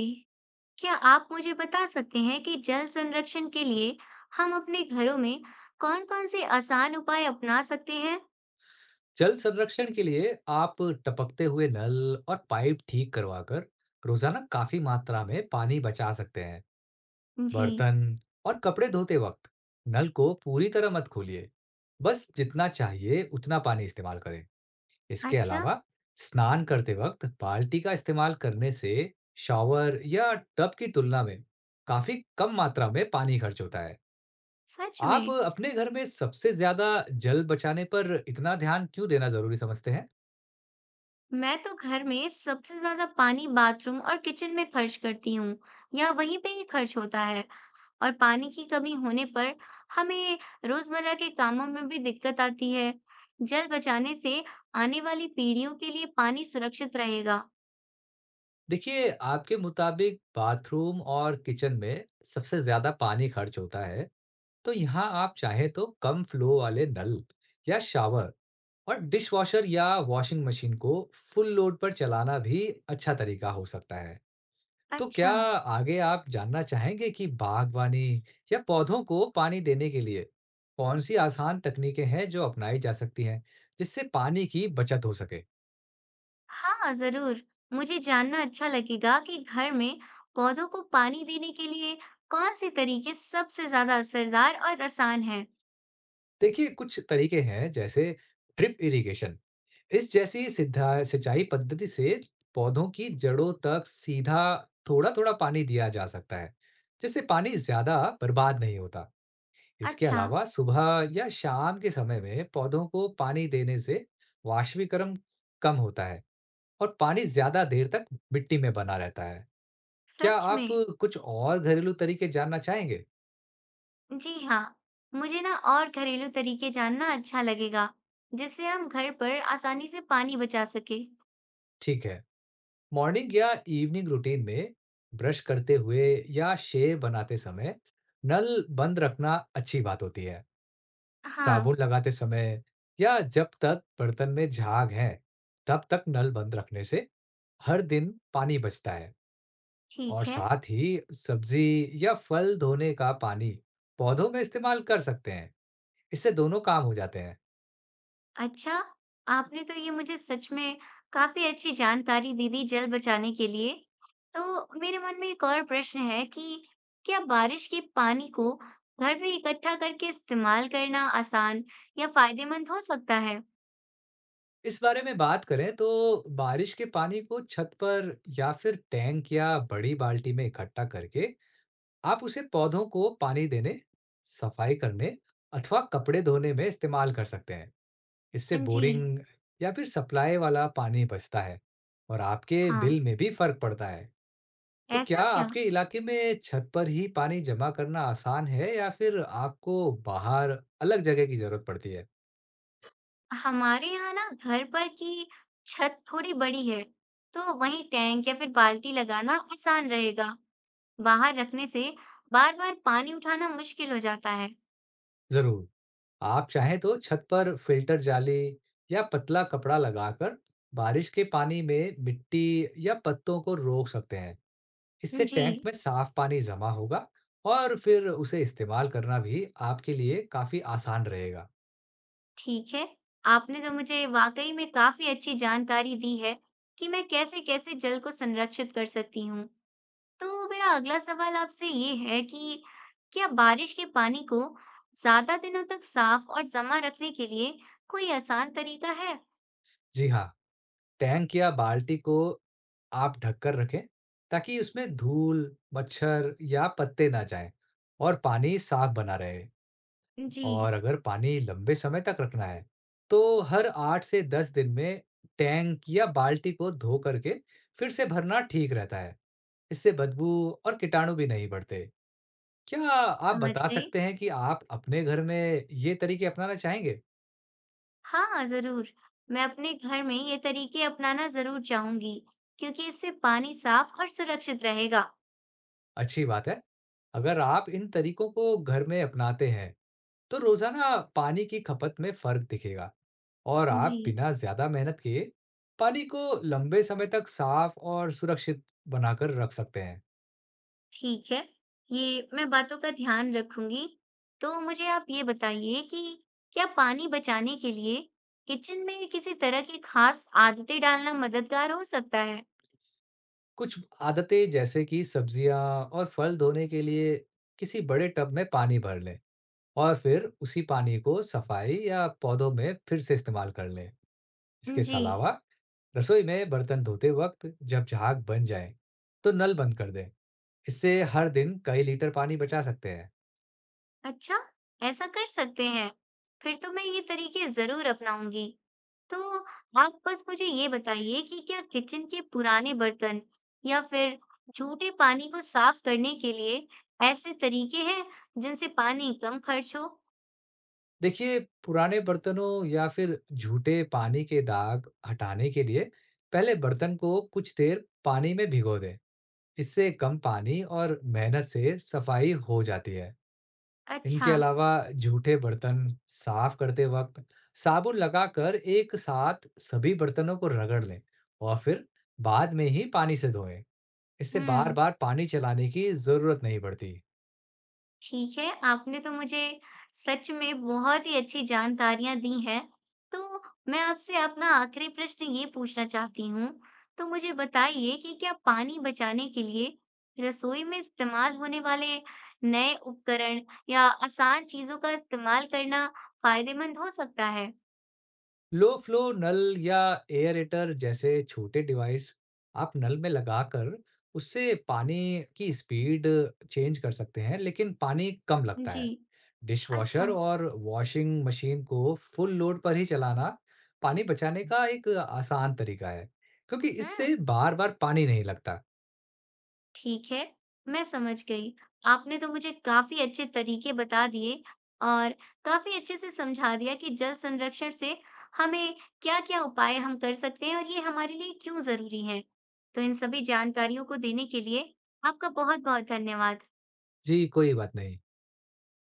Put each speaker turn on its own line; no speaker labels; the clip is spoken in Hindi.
जी, क्या आप मुझे बता सकते हैं कि जल संरक्षण के लिए हम अपने घरों में कौन-कौन से आसान उपाय अपना सकते हैं?
जल संरक्षण के लिए आप टपकते हुए नल और पाइप ठीक करवाकर रोजाना काफी मात्रा में पानी बचा सकते हैं।
जी,
बर्तन और कपड़े धोते वक्त नल को पूरी तरह मत खोलिए, बस जितना चाहिए उतना पानी इस्तेमाल करें। इसके
अच्छा,
अलावा स्नान करते वक्त बाल्टी का इस्तेमाल करने से शॉवर या टब की तुलना में काफी कम मात्रा में पानी खर्च होता है।
सच
आप
में।
अपने घर में सबसे ज्यादा जल बचाने पर इतना ध्यान क्यों देना जरूरी समझते हैं?
मैं तो घर में सबसे ज्यादा पानी बाथरूम और किचन में खर्च करती हूँ या वहीं पे ही खर्च होता है और पानी की कमी होने पर हमें रोजमर्रा के कामों में भी दिक्कत आती है। जल बचाने से आने वाली पीढ़ियों के लिए पानी सुरक्षित रहेगा।
देखिए, आपके मुताबिक बाथरूम और किचन में सबसे ज़्यादा पानी खर्च होता है, तो यहाँ आप चाहें तो कम फ्लो वाले नल या शावर और डिशवॉशर या वॉशिंग मशीन को फुल लोड पर चलाना भी अच्छा तरीका हो सकता है। तो क्या
अच्छा।
आगे आप जानना चाहेंगे कि बागवानी या पौधों को पानी देने के लिए कौन सी आसान तकनीकें हैं जो अपनाई जा सकती हैं, जिससे पानी की बचत हो सके?
हाँ, ज़रूर। मुझे जानना अच्छा लगेगा कि घर में पौधों को पानी देने के लिए कौन-से तरीके सबसे ज़्यादा असरदार और आसान हैं।
देखिए, कुछ तरीके हैं जैसे ड्रिप इरिगेशन इस जैसी सिद्धा सिंचाई पद्धति से पौधों की जड़ों तक सीधा थोड़ा-थोड़ा पानी दिया जा सकता है, जिससे पानी ज़्यादा बर्बाद नहीं होता। इसके
अच्छा,
अलावा सुबह या शाम के समय में पौधों को पानी देने से वाष्पीकरण कम होता है और पानी ज़्यादा देर तक मिट्टी में बना रहता है। क्या
सच
आप
में?
कुछ और घरेलू तरीके जानना चाहेंगे?
जी हाँ, मुझे ना और घरेलू तरीके जानना अच्छा लगेगा, जिससे हम घर पर आसानी से पानी बचा सकें।
ठीक है। मॉर्निंग या इवनिंग रूटीन में ब्रश करते हुए या शेव बनाते समय नल बंद रखना अच्छी बात होती है।
हाँ,
साबुन लगाते समय या जब तक बर्तन में झाग है, तब तक नल बंद रखने से हर दिन पानी बचता है और
ठीक है।
साथ ही सब्जी या फल धोने का पानी पौधों में इस्तेमाल कर सकते हैं। इससे दोनों काम हो जाते हैं।
अच्छा, आपने तो ये मुझे सच में काफ़ी अच्छी जानकारी दे दी जल बचाने के लिए। तो मेरे मन में एक और प्रश्न है कि क्या बारिश के पानी को घर में इकट्ठा करके इस्तेमाल करना आसान या फायदेमंद हो सकता है?
इस बारे में बात करें तो बारिश के पानी को छत पर या फिर टैंक या बड़ी बाल्टी में इकट्ठा करके आप उसे पौधों को पानी देने, सफाई करने अथवा कपड़े धोने में इस्तेमाल कर सकते हैं। इससे
जी,
बोरिंग या फिर सप्लाई वाला पानी बचता है और आपके
हाँ,
बिल में भी फर्क पड़ता है। तो क्या
ऐसा क्या?
आपके इलाके में छत पर ही पानी जमा करना आसान है, या फिर आपको बाहर अलग जगह की जरूरत पड़ती है?
हमारे यहाँ ना घर पर की छत थोड़ी बड़ी है, तो वहीं टैंक या फिर बाल्टी लगाना आसान रहेगा। बाहर रखने से बार-बार पानी उठाना मुश्किल हो जाता है।
जरूर, आप चाहें तो छत पर फिल्टर जाली या पतला कपड़ा लगाकर बारिश के पानी में मिट्टी या पत्तों को रोक सकते हैं। इससे
जी।
टैंक में साफ पानी जमा होगा और फिर उसे इस्तेमाल करना भी आपके लिए काफी आसान रहेगा।
ठीक है, आपने तो मुझे वाक़ई में काफ़ी अच्छी जानकारी दी है कि मैं कैसे-कैसे जल को संरक्षित कर सकती हूँ। तो मेरा अगला सवाल आपसे ये है कि क्या बारिश के पानी को ज़्यादा दिनों तक साफ़ और जमा रखने के लिए कोई आसान तरीका है?
जी हाँ, टैंक या बाल्टी को आप ढककर रखें, ताकि उसमें धूल, मच्छर या पत्ते ना जाएं और पानी साफ बना रहे।
जी,
और अगर पानी लंबे समय तक रखना है, तो हर 8 से 10 दिन में टैंक या बाल्टी को धो करके फिर से भरना ठीक रहता है। इससे बदबू और कीटाणु भी नहीं बढ़ते। क्या आप
समझ
बता
गई।
सकते हैं कि आप अपने घर में ये तरीके अपनाना चाहेंगे?
हाँ, ज़रूर। मैं अपने घर में ये तरीके अपनाना ज़रूर चाहूँगी, क्योंकि इससे पानी साफ़ और सुरक्षित रहेगा।
अच्छी बात है। अगर आप इन तरीकों को घर में अपनाते हैं, तो रोज़ाना पानी की खपत में फ़र्क दिखेगा और
जी।
आप बिना ज़्यादा मेहनत किए पानी को लंबे समय तक साफ़ और सुरक्षित बनाकर रख सकते हैं।
ठीक है, ये मैं बातों का ध्यान रखूंगी। तो मुझे आप ये बताइए कि क्या पानी बचाने के लिए किचन में किसी तरह की खास आदतें डालना मददगार हो सकता है?
कुछ आदतें जैसे कि सब्जियाँ और फल धोने के लिए किसी बड़े टब में पानी भर लें और फिर उसी पानी को सफाई या पौधों में फिर से इस्तेमाल कर लें। इसके
जी,
अलावा रसोई में बर्तन धोते वक्त जब झाग बन जाए, तो नल बंद कर दें। इससे हर दिन कई लीटर पानी बचा सकते हैं।
अच्छा, ऐसा कर सकते हैं। फिर तो मैं ये तरीके जरूर अपनाऊंगी। तो आप बस मुझे ये बताइए कि क्या किचन के पुराने बर्तन या फिर जूठे पानी को साफ करने के लिए ऐसे तरीके हैं जिनसे पानी कम खर्च हो?
देखिए, पुराने बर्तनों या फिर झूठे पानी के दाग हटाने के लिए पहले बर्तन को कुछ देर पानी में भिगो दें। इससे कम पानी और मेहनत से सफाई हो जाती है।
अच्छा।
इनके अलावा झूठे बर्तन साफ करते वक्त साबुन लगाकर एक साथ सभी बर्तनों को रगड़ लें और फिर बाद में ही पानी से धोएं। इससे
हुँ,
बार-बार पानी चलाने की ज़रूरत नहीं पड़ती।
ठीक है, आपने तो मुझे सच में बहुत ही अच्छी जानकारियाँ दी हैं। तो मैं आपसे अपना आखिरी प्रश्न ये पूछना चाहती हूँ, तो मुझे बताइए कि क्या पानी बचाने के लिए रसोई में इस्तेमाल होने वाले नए उपकरण या आसान चीज़ों का इस्तेमाल करना फ़ायदेमंद हो सकता है?
लो फ्लो नल या एयरेटर जैसे छोटे डिवाइस आप नल में लगाकर उससे पानी की स्पीड चेंज कर सकते हैं, लेकिन पानी कम लगता
जी,
है। डिशवॉशर
अच्छा,
और वॉशिंग मशीन को फुल लोड पर ही चलाना पानी बचाने का एक आसान तरीका है, क्योंकि
हुँ।
इससे बार-बार पानी नहीं लगता।
ठीक है, मैं समझ गई। आपने तो मुझे काफ़ी अच्छे तरीके बता दिए और काफ़ी अच्छे से समझा दिया कि जल संरक्षण से हमें क्या-क्या उपाय हम कर सकते हैं और ये हमारे लिए क्यों ज़रूरी हैं। तो इन सभी जानकारियों को देने के लिए आपका बहुत-बहुत धन्यवाद।
जी, कोई बात नहीं।